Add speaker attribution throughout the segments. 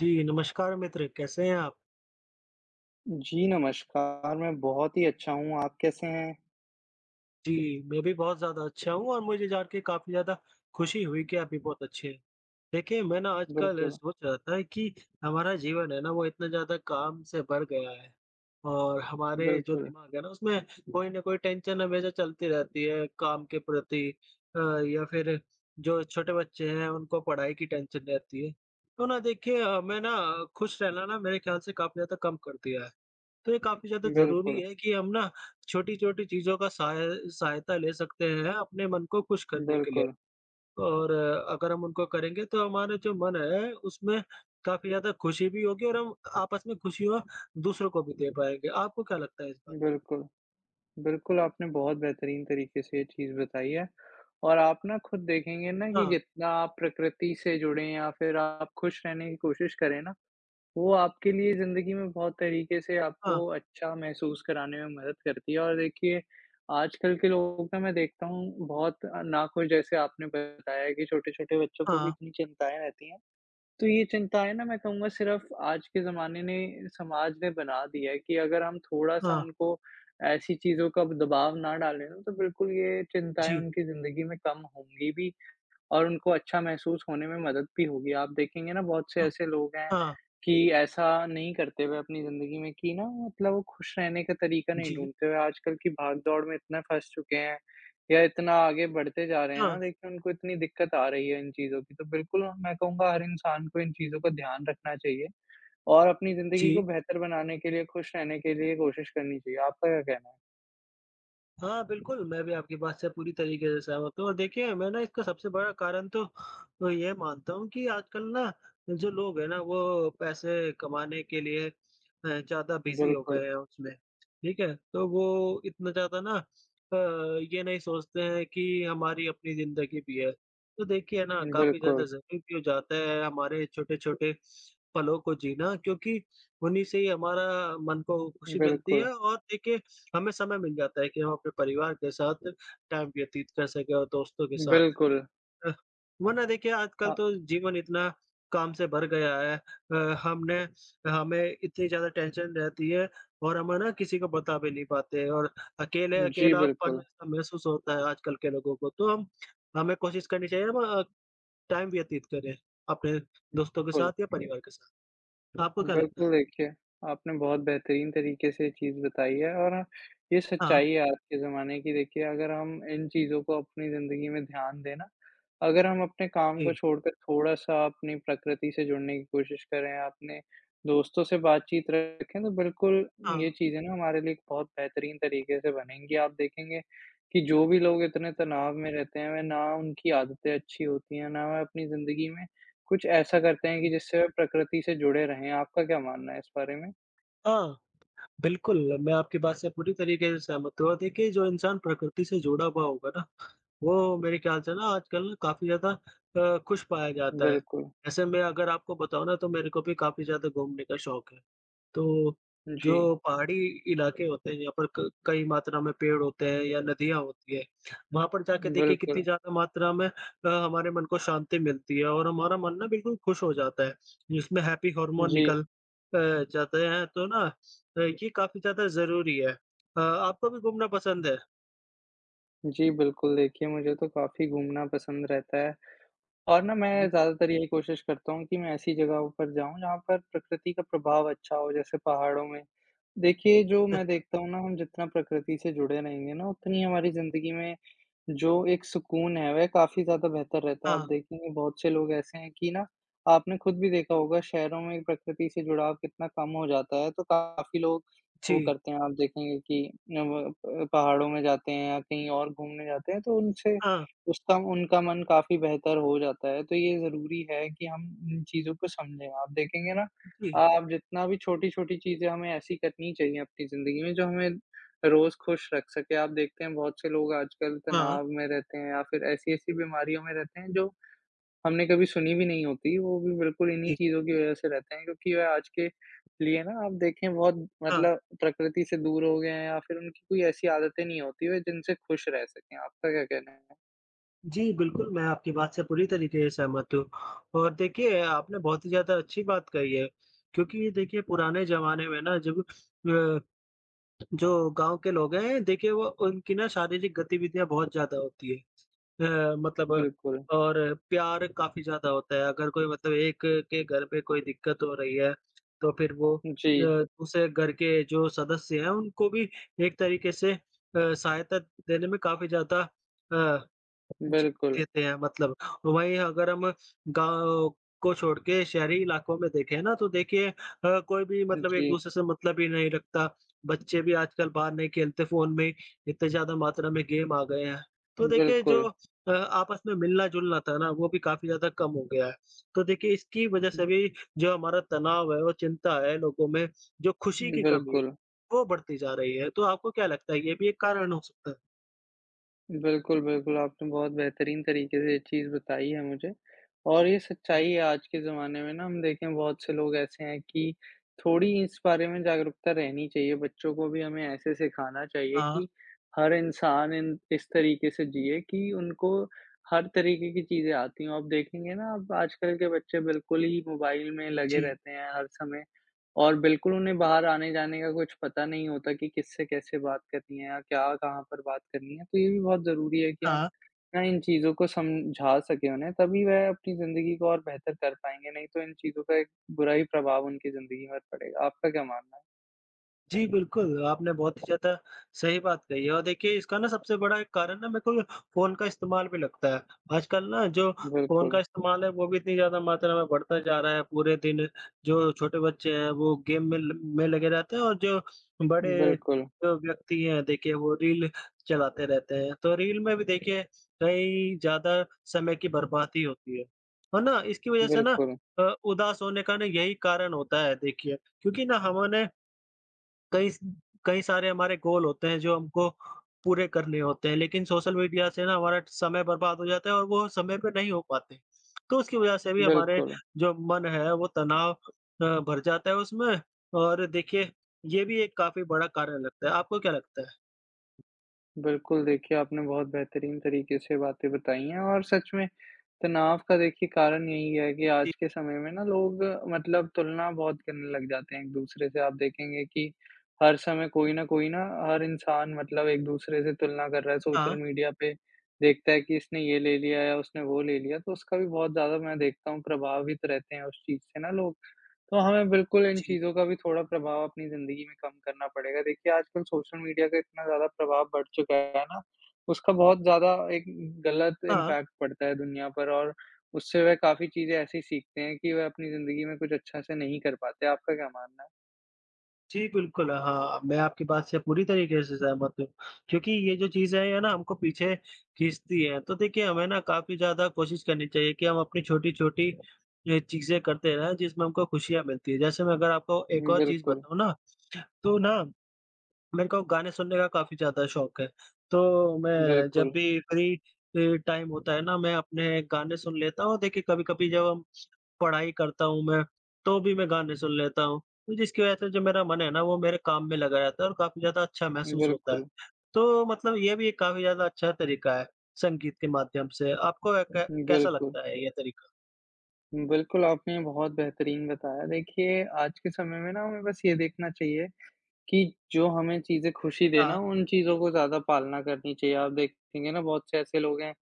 Speaker 1: जी, नमस्कार मित्र, कैसे हैं आप?
Speaker 2: जी, नमस्कार। मैं बहुत ही अच्छा हूँ, आप कैसे हैं?
Speaker 1: जी, मैं भी बहुत ज़्यादा अच्छा हूँ और मुझे जान के काफ़ी ज़्यादा खुशी हुई कि आप भी बहुत अच्छे हैं। देखिए, मैं ना आजकल
Speaker 2: बिल्कुल,
Speaker 1: सोच रहा था कि हमारा जीवन है ना, वो इतना ज़्यादा काम से भर गया है और हमारे जो
Speaker 2: बिल्कुल,
Speaker 1: दिमाग है ना, उसमें कोई ना कोई टेंशन हमेशा चलती रहती है काम के प्रति या फिर जो छोटे बच्चे हैं, उनको पढ़ाई की टेंशन रहती है। तो ना देखिए, हमें ना खुश रहना ना मेरे ख्याल से काफ़ी ज़्यादा कम कर दिया है। तो ये काफ़ी ज़्यादा ज़रूरी
Speaker 2: बिल्कुल,
Speaker 1: है कि हम ना छोटी-छोटी चीज़ों का सहायता ले सकते हैं अपने मन को खुश करने के लिए।
Speaker 2: बिल्कुल,
Speaker 1: और अगर हम उनको करेंगे तो हमारा जो मन है उसमें काफ़ी ज़्यादा खुशी भी होगी और हम आपस में खुशियाँ दूसरों को भी दे पाएँगे। आपको क्या लगता है इस बारे में?
Speaker 2: बिल्कुल, बिल्कुल, आपने बहुत बेहतरीन तरीके से ये चीज़ बताई है और आप ना खुद देखेंगे ना कि
Speaker 1: हाँ,
Speaker 2: जितना आप प्रकृति से जुड़ें या फिर आप खुश रहने की कोशिश करें ना, वो आपके लिए ज़िंदगी में बहुत तरीके से
Speaker 1: हाँ,
Speaker 2: आपको अच्छा महसूस कराने में मदद करती है और देखिए, आजकल के लोग ना मैं देखता हूँ बहुत नाखुश जैसे आपने बताया कि छोटे-छोटे बच्चों को भी
Speaker 1: हाँ,
Speaker 2: इतनी चिंताएँ रहती हैं। तो ये चिंताएँ ना मैं कहूँगा सिर्फ़ आज के ज़माने ने समाज ने बना दी है कि अगर हम थोड़ा-सा
Speaker 1: हाँ,
Speaker 2: उनको ऐसी चीज़ों का दबाव ना डालें ना तो बिल्कुल ये चिंताएँ
Speaker 1: जी,
Speaker 2: उनकी ज़िंदगी में कम होंगी भी और उनको अच्छा महसूस होने में मदद भी होगी। आप देखेंगे ना बहुत से
Speaker 1: हाँ,
Speaker 2: ऐसे लोग हैं
Speaker 1: हाँ,
Speaker 2: कि ऐसा नहीं करते हुए अपनी ज़िंदगी में कि ना मतलब वो खुश रहने का तरीका नहीं
Speaker 1: जी,
Speaker 2: ढूँढते हुए आजकल की भाग-दौड़ में इतना फँस चुके हैं या इतना आगे बढ़ते जा रहे हैं
Speaker 1: हाँ,
Speaker 2: ना देखिए उनको इतनी दिक्कत आ रही है इन चीज़ों की। तो बिल्कुल मैं कहूँगा हर इंसान को इन चीज़ों का ध्यान रखना चाहिए और अपनी ज़िंदगी को
Speaker 1: जी।
Speaker 2: बेहतर बनाने के लिए, खुश रहने के लिए कोशिश करनी चाहिए। आपका क्या कहना है?
Speaker 1: हाँ, बिल्कुल, मैं भी आपकी बात से पूरी तरीके से सहमत हूँ और देखिए मैं ना इसका सबसे बड़ा कारण तो मैं ये मानता हूँ कि आजकल ना जो लोग हैं ना वो पैसे कमाने के लिए ज़्यादा बिज़ी हो गए
Speaker 2: बिल्कुल,
Speaker 1: हैं उसमें, ठीक है? तो वो इतना ज़्यादा ना ये नहीं सोचते हैं कि हमारी अपनी ज़िंदगी भी है। तो देखिए ना काफ़ी ज़्यादा
Speaker 2: बिल्कुल,
Speaker 1: ज़रूरी भी हो जाता है हमारे छोटे-छोटे पलों को जीना क्योंकि उन्हीं से ही हमारा मन को खुशी मिलती
Speaker 2: बिल्कुल,
Speaker 1: है और देखिए हमें समय मिल जाता है कि हम अपने परिवार के साथ टाइम व्यतीत कर सकें और दोस्तों के साथ।
Speaker 2: बिल्कुल।
Speaker 1: अ, वरना देखिए आजकल
Speaker 2: अ,
Speaker 1: तो जीवन इतना काम से भर गया है हमने हमें इतनी ज़्यादा टेंशन रहती है और हम है ना किसी को बता भी नहीं पाते और अकेले
Speaker 2: जी,
Speaker 1: अकेलापन
Speaker 2: बिल्कुल।
Speaker 1: ऐसा महसूस होता है आजकल के लोगों को। तो हम हमें कोशिश करनी चाहिए हम टाइम व्यतीत करें अपने दोस्तों के
Speaker 2: बिल्कुल,
Speaker 1: साथ या परिवार के साथ। आपको क्या लगता है?
Speaker 2: बिल्कुल देखिए, आपने बहुत बेहतरीन तरीके से ये चीज़ बताई है और ये
Speaker 1: हाँ,
Speaker 2: सच्चाई है आज के ज़माने की देखिए अगर हम इन चीज़ों को अपनी ज़िंदगी में ध्यान दें ना, अगर हम अपने काम को
Speaker 1: जी।
Speaker 2: छोड़कर थोड़ा-सा अपनी प्रकृति से जुड़ने की कोशिश करें, अपने दोस्तों से बातचीत रखें, तो बिल्कुल
Speaker 1: हाँ,
Speaker 2: ये चीज़ें ना हमारे लिए एक बहुत बेहतरीन तरीके से बनेंगी। आप देखेंगे कि जो भी लोग इतने
Speaker 1: जी,
Speaker 2: तनाव में रहते हैं, वह ना उनकी आदतें अच्छी होती हैं, ना वह अपनी ज़िंदगी में कुछ ऐसा करते हैं
Speaker 1: जी।
Speaker 2: कि जिससे वे प्रकृति से जुड़े रहें, आपका क्या मानना है इस बारे में?
Speaker 1: हाँ। बिल्कुल, मैं आपकी बात से पूरी तरीके से सहमत हूँ और देखिए जो इंसान प्रकृति से जुड़ा हुआ होगा ना, वो मेरे ख़्याल से ना आजकल ना काफ़ी ज़्यादा खुश पाया जाता है।
Speaker 2: बिल्कुल,
Speaker 1: ऐसे में अगर आपको बताऊँ ना तो मेरे को भी काफ़ी ज़्यादा घूमने का शौक है। तो
Speaker 2: जी,
Speaker 1: जो पहाड़ी इलाके होते हैं यहाँ पर क कई मात्रा में पेड़ होते हैं या नदियाँ होती है, वहाँ पर जाके देखिए कितनी
Speaker 2: बिल्कुल।
Speaker 1: ज़्यादा मात्रा में हमारे मन को शांति मिलती है और हमारा मन ना बिल्कुल खुश हो जाता है, जिसमें हैप्पी हार्मोन
Speaker 2: जी,
Speaker 1: जाते हैं तो ना ये काफ़ी ज़्यादा ज़रूरी है। आपको भी घूमना पसंद है?
Speaker 2: जी, बिल्कुल, देखिए मुझे तो काफ़ी घूमना पसंद रहता है और ना मैं
Speaker 1: जी,
Speaker 2: ज़्यादातर यही कोशिश करता हूँ कि मैं ऐसी जगहों पर जाऊँ जहाँ पर प्रकृति का प्रभाव अच्छा हो, जैसे पहाड़ों में। देखिए, जो मैं
Speaker 1: अच्छा,
Speaker 2: देखता हूँ ना, हम जितना प्रकृति से जुड़े रहेंगे ना, उतनी हमारी ज़िंदगी में जो एक सुकून है, वह काफ़ी ज़्यादा बेहतर रहता है। आप
Speaker 1: हाँ,
Speaker 2: देखेंगे बहुत से लोग ऐसे हैं कि ना आपने खुद भी देखा होगा शहरों में प्रकृति से जुड़ाव कितना कम हो जाता है, तो काफ़ी लोग वो
Speaker 1: जी,
Speaker 2: करते हैं। आप देखेंगे कि न व प पहाड़ों में जाते हैं या कहीं और घूमने जाते हैं, तो उनसे
Speaker 1: हाँ,
Speaker 2: उसका उनका मन काफ़ी बेहतर हो जाता है। तो ये ज़रूरी है कि हम इन चीज़ों को समझें। आप देखेंगे ना,
Speaker 1: जी,
Speaker 2: आप जितना भी छोटी-छोटी चीज़ें हमें ऐसी करनी चाहिए अपनी ज़िंदगी में, जो हमें रोज़ खुश रख सके। आप देखते हैं बहुत से लोग आजकल
Speaker 1: हाँ,
Speaker 2: तनाव में रहते हैं या फिर ऐसी-ऐसी बीमारियों में रहते हैं जो हमने कभी सुनी भी नहीं होती। वो भी बिल्कुल इन्हीं
Speaker 1: जी,
Speaker 2: चीज़ों की वज़ह से रहते हैं क्योंकि वह आज के लिए ना आप देखें बहुत
Speaker 1: हाँ।
Speaker 2: मतलब प्रकृति से दूर हो गए हैं या फिर उनकी कोई ऐसी आदतें नहीं होती है जिनसे खुश रह सकें। आपका क्या कहना है?
Speaker 1: जी, बिल्कुल, मैं आपकी बात से पूरी तरीके से सहमत हूँ और देखिए, आपने बहुत ही ज़्यादा अच्छी बात कही है क्योंकि देखिए, पुराने ज़माने में ना जब जो गाँव के लोग हैं, देखिए वो उनकी ना शारीरिक गतिविधियाँ बहुत ज़्यादा होती है। अ, मतलब
Speaker 2: बिल्कुल।
Speaker 1: और प्यार काफ़ी ज़्यादा होता है, अगर कोई मतलब एक के घर पे कोई दिक्कत हो रही है, तो फिर वो
Speaker 2: जी,
Speaker 1: दूसरे घर के जो सदस्य हैं, उनको भी एक तरीके से सहायता देने में काफ़ी ज़्यादा अ कुछ
Speaker 2: बिल्कुल।
Speaker 1: देते हैं मतलब वहीं अगर हम गाँव को छोड़ के शहरी इलाकों में देखें ना तो देखिए कोई भी मतलब
Speaker 2: जी,
Speaker 1: एक-दूसरे से मतलब ही नहीं रखता। बच्चे भी आजकल बाहर नहीं खेलते, फ़ोन में ही इतने ज़्यादा मात्रा में गेम आ गए हैं। तो देखिए जो
Speaker 2: बिल्कुल।
Speaker 1: आपस में मिलना-जुलना था ना वो भी काफ़ी ज़्यादा कम हो गया है। तो देखिए इसकी वजह से भी जो हमारा तनाव है और चिंता है लोगों में, जो खुशी की कमी है,
Speaker 2: बिल्कुल।
Speaker 1: वो बढ़ती जा रही है। तो आपको क्या लगता है ये भी एक कारण हो सकता है?
Speaker 2: बिल्कुल, बिल्कुल, आपने बहुत बेहतरीन तरीके से ये चीज़ बताई है मुझे और ये सच्चाई है आज के ज़माने में ना हम देखें बहुत से लोग ऐसे हैं कि थोड़ी इस बारे में जागरूकता रहनी चाहिए, बच्चों को भी हमें ऐसे सिखाना चाहिए
Speaker 1: हाँ,
Speaker 2: कि हर इंसान इन इस तरीके से जिए कि उनको हर तरीके की चीज़ें आती हों। आप देखेंगे ना अब आजकल के बच्चे बिल्कुल ही मोबाइल में लगे
Speaker 1: जी।
Speaker 2: रहते हैं हर समय और बिल्कुल उन्हें बाहर आने-जाने का कुछ पता नहीं होता कि किससे कैसे बात करनी है या क्या कहाँ पर बात करनी है। तो ये भी बहुत ज़रूरी है कि हम
Speaker 1: हाँ।
Speaker 2: ना इन चीज़ों को समझा सकें उन्हें, तभी वह अपनी ज़िंदगी को और बेहतर कर पाएँगे, नहीं तो इन चीज़ों का एक बुरा ही प्रभाव उनकी ज़िंदगी पर पड़ेगा। आपका क्या मानना है?
Speaker 1: जी, बिल्कुल, आपने बहुत ही ज़्यादा सही बात कही है और देखिए इसका ना सबसे बड़ा एक कारण ना मेरे को फ़ोन का इस्तेमाल भी लगता है। आजकल ना जो फ़ोन का
Speaker 2: बिल्कुल,
Speaker 1: इस्तेमाल है वो भी इतनी ज़्यादा मात्रा में बढ़ता जा रहा है, पूरे दिन जो छोटे बच्चे हैं वो गेम में लगे रहते हैं और जो बड़े
Speaker 2: बिल्कुल,
Speaker 1: जो व्यक्ति हैं देखिए वो रील चलाते रहते हैं। तो रील में भी देखिए कई ज़्यादा समय की बर्बादी होती है। और ना इसकी वज़ह से ना
Speaker 2: बिल्कुल,
Speaker 1: उदास होने का ना यही कारण होता है देखिए, क्योंकि ना हमने कई स कई सारे हमारे गोल होते हैं जो हमको पूरे करने होते हैं, लेकिन सोशल मीडिया से ना हमारा समय बर्बाद हो जाता है और वो समय पे नहीं हो पाते। तो उसकी वजह से भी हमारे
Speaker 2: बिल्कुल।
Speaker 1: जो मन है वो तनाव भर जाता है उसमें और देखिए ये भी एक काफ़ी बड़ा कारण लगता है। आपको क्या लगता है?
Speaker 2: बिल्कुल, देखिए आपने बहुत बेहतरीन तरीके से बातें बताई हैं और सच में तनाव का देखिए कारण यही है कि
Speaker 1: जी,
Speaker 2: आज के समय में ना लोग मतलब तुलना बहुत करने लग जाते हैं एक-दूसरे से। आप देखेंगे कि हर समय कोई न कोई ना हर इंसान मतलब एक-दूसरे से तुलना कर रहा है। सोशल
Speaker 1: हाँ।
Speaker 2: मीडिया पे देखता है कि इसने ये ले लिया या उसने वो ले लिया, तो उसका भी बहुत ज़्यादा मैं देखता हूँ प्रभावित रहते हैं उस चीज़ से ना लोग। तो हमें बिल्कुल इन
Speaker 1: जी,
Speaker 2: चीज़ों का भी थोड़ा प्रभाव अपनी ज़िंदगी में कम करना पड़ेगा। देखिए, आजकल सोशल मीडिया का इतना ज़्यादा प्रभाव बढ़ चुका है ना, उसका बहुत ज़्यादा एक गलत
Speaker 1: हाँ।
Speaker 2: इम्पैक्ट पड़ता है दुनिया पर और उससे वह काफ़ी चीज़ें ऐसी सीखते हैं कि वह अपनी ज़िंदगी में कुछ अच्छा से नहीं कर पाते। आपका क्या मानना है?
Speaker 1: जी, बिल्कुल, हाँ, मैं आपकी बात से पूरी तरीके से सहमत हूँ, क्योंकि ये जो चीज़ें हैं ये ना हमको पीछे खींचती हैं। तो देखिए, हमें ना काफ़ी ज़्यादा कोशिश करनी चाहिए कि हम अपनी छोटी-छोटी ये चीज़ें करते रहें जिसमें हमको खुशियाँ मिलती हैं। जैसे मैं अगर आपको एक और चीज़
Speaker 2: बिल्कुल,
Speaker 1: बताऊँ ना, तो ना मेरे को गाने सुनने का काफ़ी ज़्यादा शौक है। तो मैं जब
Speaker 2: बिल्कुल,
Speaker 1: भी फ्री अ, टाइम होता है ना, मैं अपने गाने सुन लेता हूँ। देखिए, कभी-कभी जब हम पढ़ाई करता हूँ मैं, तो भी मैं गाने सुन लेता हूँ। तो जिसकी वज़ह से जो मेरा मन है ना, वो मेरे काम में लगा रहता है और काफ़ी ज़्यादा अच्छा महसूस होता है।
Speaker 2: बिल्कुल,
Speaker 1: तो मतलब ये भी एक काफ़ी ज़्यादा अच्छा तरीका है, संगीत के माध्यम से। आपको कै कैसा
Speaker 2: बिल्कुल।
Speaker 1: लगता है ये तरीका?
Speaker 2: बिल्कुल, आपने बहुत बेहतरीन बताया। देखिए, आज के समय में ना हमें बस ये देखना चाहिए कि जो हमें चीज़ें खुशी दे ना,
Speaker 1: हाँ,
Speaker 2: उन चीज़ों को ज़्यादा पालना करनी चाहिए। आप देखेंगे ना बहुत से ऐसे लोग हैं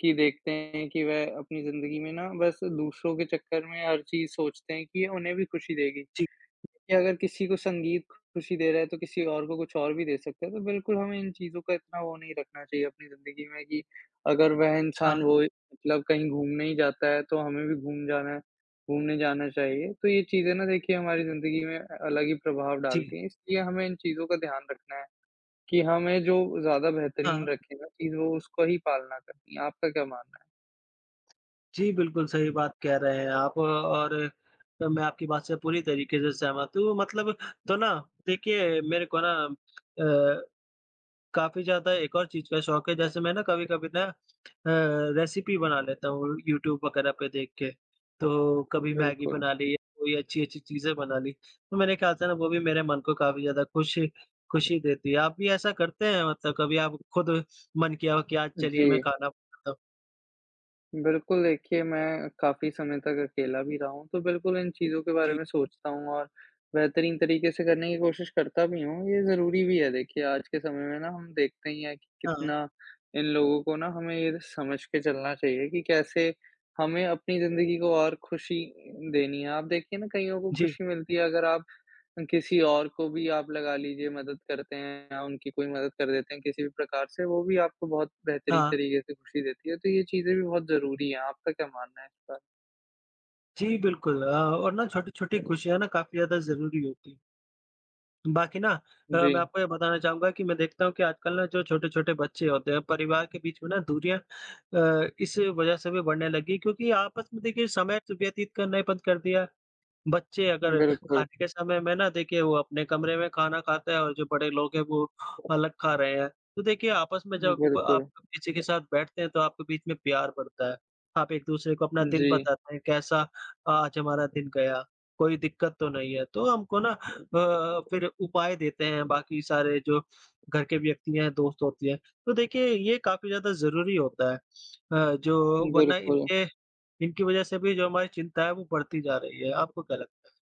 Speaker 2: कि देखते हैं कि वह अपनी ज़िंदगी में ना बस दूसरों के चक्कर में हर चीज़ सोचते हैं कि ये उन्हें भी खुशी देगी।
Speaker 1: जी।
Speaker 2: कि अगर किसी को संगीत खुशी दे रहा है, तो किसी और को कुछ और भी दे सकता है। तो बिल्कुल हमें इन चीज़ों का इतना वो नहीं रखना चाहिए अपनी ज़िंदगी में कि अगर वह
Speaker 1: हाँ,
Speaker 2: इंसान वो मतलब कहीं घूमने ही जाता है, तो हमें भी घूमने जाना चाहिए। तो ये चीज़ें ना देखिए हमारी ज़िंदगी में अलग ही प्रभाव
Speaker 1: जी।
Speaker 2: डालती हैं, इसलिए हमें इन चीज़ों का ध्यान रखना है कि हमें जो ज़्यादा बेहतरीन
Speaker 1: हाँ।
Speaker 2: रखे ना चीज़, वो उसको ही पालना करनी है। आपका क्या मानना है?
Speaker 1: जी, बिल्कुल सही बात कह रहे हैं आप और मैं आपकी बात से पूरी तरीके से सहमत हूँ मतलब तो ना देखिए मेरे को ना काफ़ी ज़्यादा एक और चीज़ का शौक है जैसे मैं ना कभी-कभी ना रेसिपी बना लेता हूँ यूट्यूब वगैरह पे देख के। तो कभी मैगी
Speaker 2: बिल्कुल।
Speaker 1: बना ली या कोई अच्छी-अच्छी चीज़ें बना ली। तो मेरे ख्याल से ना वो भी मेरे मन को काफ़ी ज़्यादा खुशी देती है। आप भी ऐसा करते हैं मतलब कभी आप खुद मन किया हो कि आज
Speaker 2: जी।
Speaker 1: चलिए मैं खाना बनाता हूँ?
Speaker 2: बिल्कुल, देखिए मैं काफ़ी समय तक अकेला भी रहा हूँ, तो बिल्कुल इन चीज़ों के बारे
Speaker 1: जी।
Speaker 2: में सोचता हूँ और बेहतरीन तरीके से करने की कोशिश करता भी हूँ। ये ज़रूरी भी है देखिए आज के समय में ना हम देखते ही हैं कि
Speaker 1: हाँ।
Speaker 2: कितना इन लोगों को ना हमें ये समझ के चलना चाहिए कि कैसे हमें अपनी ज़िंदगी को और खुशी देनी है। आप देखिए ना कइयों को
Speaker 1: जी।
Speaker 2: खुशी मिलती है अगर आप किसी और को भी आप लगा लीजिए मदद करते हैं या उनकी कोई मदद कर देते हैं किसी भी प्रकार से, वो भी आपको बहुत बेहतरीन
Speaker 1: हाँ।
Speaker 2: तरीके से खुशी देती है, तो ये चीज़ें भी बहुत ज़रूरी हैं। आपका क्या मानना है इस पर?
Speaker 1: जी, बिल्कुल और ना छोटी-छोटी खुशियाँ ना काफ़ी ज़्यादा ज़रूरी होती हैं। बाकी ना
Speaker 2: जी,
Speaker 1: मैं आपको ये बताना चाहूँगा कि मैं देखता हूँ कि आजकल ना जो छोटे-छोटे बच्चे होते हैं, परिवार के बीच में ना दूरियाँ इस वजह से भी बढ़ने लगी क्योंकि आपस में देखिए समय व्यतीत करना ही बंद कर दिया। बच्चे अगर
Speaker 2: बिल्कुल,
Speaker 1: खाने के समय में ना देखिए वो अपने कमरे में खाना खाते हैं और जो बड़े लोग हैं वो अलग खा रहे हैं। तो देखिए आपस में जब आप
Speaker 2: बिल्कुल।
Speaker 1: किसी के साथ बैठते हैं तो आपके बीच में प्यार बढ़ता है। आप एक-दूसरे को अपना दिन
Speaker 2: जी,
Speaker 1: बताते हैं कैसा आज हमारा दिन गया, कोई दिक्कत तो नहीं है। तो हमको ना फिर उपाय देते हैं बाकी सारे जो घर के व्यक्ति हैं, दोस्त होती हैं। तो देखिए ये काफ़ी ज़्यादा ज़रूरी होता है। अ, जो वरना
Speaker 2: बिल्कुल।
Speaker 1: इनके इनकी वजह से भी जो हमारी चिंता है वो बढ़ती जा रही है। आपको क्या लगता है?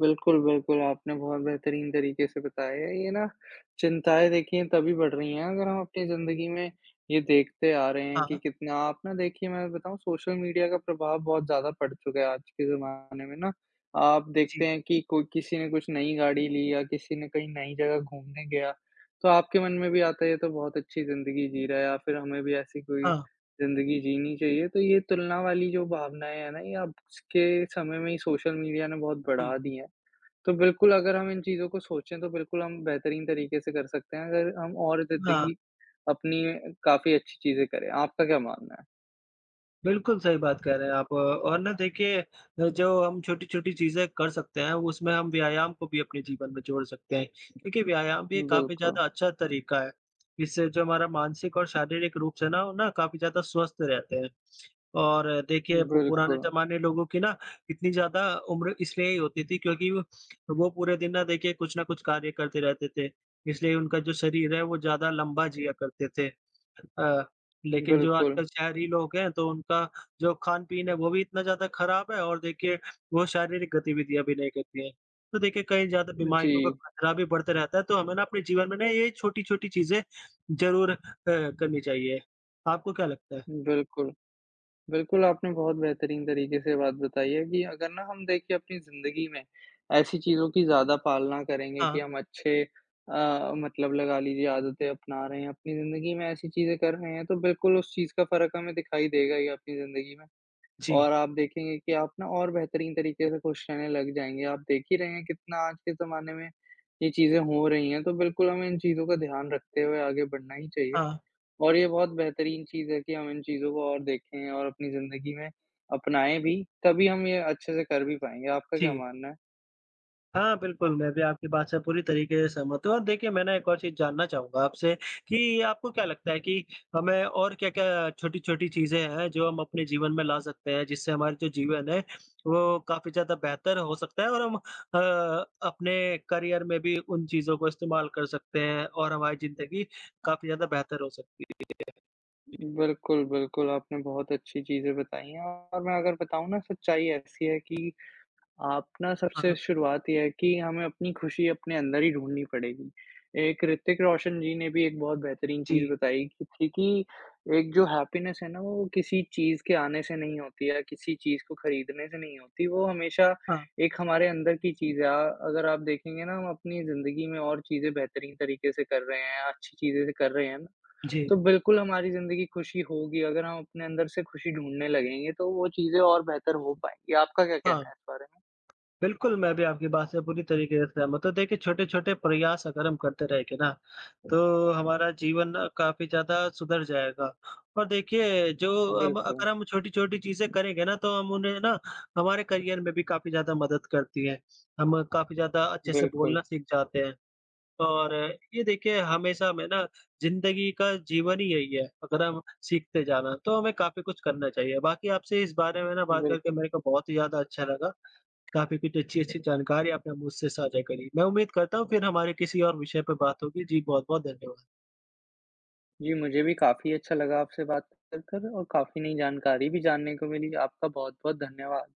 Speaker 2: बिल्कुल, बिल्कुल, आपने बहुत बेहतरीन तरीके से बताया है। ये ना चिंताएँ देखिए तभी बढ़ रही हैं अगर हम अपनी ज़िंदगी में ये देखते आ रहे हैं कि
Speaker 1: हाँ,
Speaker 2: कितना आप ना देखिए मैं बताऊँ सोशल मीडिया का प्रभाव बहुत ज़्यादा पड़ चुका है आज के ज़माने में ना। आप
Speaker 1: जी।
Speaker 2: देखते हैं कि कोई किसी ने कुछ नई गाड़ी ली या किसी ने कहीं नई जगह घूमने गया, तो आपके मन में भी आता है ये तो बहुत अच्छी ज़िंदगी जी रहा है या फिर हमें भी ऐसी कोई
Speaker 1: हाँ।
Speaker 2: ज़िंदगी जीनी चाहिए। तो ये तुलना वाली जो भावनाएँ हैं ना ये अब के समय में ही सोशल मीडिया ने बहुत
Speaker 1: जी।
Speaker 2: बढ़ा दी हैं। तो बिल्कुल अगर हम इन चीज़ों को सोचें तो बिल्कुल हम बेहतरीन तरीके से कर सकते हैं अगर हम और
Speaker 1: हाँ।
Speaker 2: ज़िंदगी अपनी काफ़ी अच्छी चीज़ें करें। आपका क्या मानना है?
Speaker 1: बिल्कुल सही बात कह रहे हैं आप और ना देखिए जो हम छोटी-छोटी चीज़ें कर सकते हैं, उसमें हम व्यायाम को भी अपने जीवन में जोड़ सकते हैं क्योंकि व्यायाम भी एक काफ़ी
Speaker 2: बिल्कुल,
Speaker 1: ज़्यादा अच्छा तरीका है। इससे जो हमारा मानसिक और शारीरिक रूप से ना, वो ना काफ़ी ज़्यादा स्वस्थ रहते हैं। और देखिए पु पुराने
Speaker 2: बिल्कुल,
Speaker 1: ज़माने लोगों की ना इतनी ज़्यादा उम्र इसलिए ही होती थी क्योंकि वो पूरे दिन ना देखिए कुछ ना कुछ कार्य करते रहते थे, इसलिए उनका जो शरीर है वो ज़्यादा लंबा जिया करते थे। अ लेकिन जो
Speaker 2: बिल्कुल।
Speaker 1: आजकल शहरी लोग हैं, तो उनका जो खान-पीन है, वो भी इतना ज़्यादा खराब है और देखिए वो शारीरिक गतिविधियाँ भी नहीं करती हैं। तो देखिए कई ज़्यादा बीमारियों का
Speaker 2: जी,
Speaker 1: खतरा भी बढ़ता रहता है, तो हमें ना अपने जीवन में ना ये छोटी-छोटी चीज़ें ज़रूर करनी चाहिए। आपको क्या लगता है?
Speaker 2: बिल्कुल। बिल्कुल, आपने बहुत बेहतरीन तरीके से बात बताई है कि अगर ना हम देखिए अपनी ज़िंदगी में ऐसी चीज़ों की ज़्यादा पालना करेंगे
Speaker 1: हाँ,
Speaker 2: कि हम अच्छे मतलब लगा लीजिए आदतें अपना रहे हैं, अपनी ज़िंदगी में ऐसी चीज़ें कर रहे हैं तो बिल्कुल उस चीज़ का फ़र्क हमें दिखाई देगा ही अपनी ज़िंदगी में।
Speaker 1: जी।
Speaker 2: और आप देखेंगे कि आप ना और बेहतरीन तरीके से खुश रहने लग जाएँगे। आप देख ही रहे हैं कितना आज के ज़माने में ये चीज़ें हो रही हैं, तो बिल्कुल हमें इन चीज़ों का ध्यान रखते हुए आगे बढ़ना ही चाहिए।
Speaker 1: हाँ,
Speaker 2: और ये बहुत बेहतरीन चीज़ है कि हम इन चीज़ों को और देखें और अपनी ज़िंदगी में अपनाएँ भी, तभी हम ये अच्छे से कर भी पाएँगे। आपका क्या
Speaker 1: जी।
Speaker 2: मानना है?
Speaker 1: हाँ, बिल्कुल, मैं भी आपकी बात से पूरी तरीके से सहमत हूँ और देखिए मैं ना एक और चीज़ जानना चाहूँगा आपसे कि आपको क्या लगता है कि हमें और क्या-क्या छोटी-छोटी चीज़ें हैं जो हम अपने जीवन में ला सकते हैं, जिससे हमारा जो जीवन है वो काफ़ी ज़्यादा बेहतर हो सकता है और हम अपने करियर में भी उन चीज़ों को इस्तेमाल कर सकते हैं और हमारी ज़िंदगी काफ़ी ज़्यादा बेहतर हो सकती है।
Speaker 2: बिल्कुल, बिल्कुल, आपने बहुत अच्छी चीज़ें बताई हैं और मैं अगर बताऊँ ना सच्चाई ऐसी है कि आप ना सबसे
Speaker 1: हाँ,
Speaker 2: शुरुआत ये है कि हमें अपनी खुशी अपने अंदर ही ढूँढनी पड़ेगी। एक ऋतिक रोशन जी ने भी एक बहुत बेहतरीन चीज़
Speaker 1: जी,
Speaker 2: बताई कि थी कि एक जो हैप्पीनेस है ना वो किसी चीज़ के आने से नहीं होती या किसी चीज़ को खरीदने से नहीं होती, वो हमेशा
Speaker 1: हाँ,
Speaker 2: एक हमारे अंदर की चीज़ है। अगर आप देखेंगे ना हम अपनी ज़िंदगी में और चीज़ें बेहतरीन तरीके से कर रहे हैं, अच्छी चीज़ें से कर रहे हैं ना,
Speaker 1: जी,
Speaker 2: तो बिल्कुल हमारी ज़िंदगी खुशी होगी। अगर हम अपने अंदर से खुशी ढूँढने लगेंगे तो वो चीज़ें और बेहतर हो पाएँगी। आपका क्या
Speaker 1: हाँ।
Speaker 2: कहना है इस बारे में?
Speaker 1: बिल्कुल, मैं भी आपकी बात से पूरी तरीके से सहमत हूँ। देखिए छोटे-छोटे प्रयास अगर हम करते रहेंगे ना, तो हमारा जीवन काफ़ी ज़्यादा सुधर जाएगा। और देखिए जो हम
Speaker 2: बिल्कुल,
Speaker 1: अगर हम छोटी-छोटी चीज़ें करेंगे ना तो हम उन्हें ना हमारे करियर में भी काफ़ी ज़्यादा मदद करती है। हम काफ़ी ज़्यादा अच्छे से
Speaker 2: बिल्कुल,
Speaker 1: बोलना सीख जाते हैं। और ये देखिए हमेशा हमें ना ज़िंदगी का जीवन ही यही है, अगर हम सीखते जाना तो हमें काफ़ी कुछ करना चाहिए। बाकी आपसे इस बारे में ना बात करके
Speaker 2: बिल्कुल।
Speaker 1: मेरे को बहुत ही ज़्यादा अच्छा लगा। काफ़ी कुछ अच्छी-अच्छी जानकारी आपने मुझसे साझा करी। मैं उम्मीद करता हूँ फिर हमारे किसी और विषय पर बात होगी। जी, बहुत-बहुत धन्यवाद।
Speaker 2: जी, मुझे भी काफ़ी अच्छा लगा आपसे बात कर कर और काफ़ी नई जानकारी भी जानने को मिली। आपका बहुत-बहुत धन्यवाद।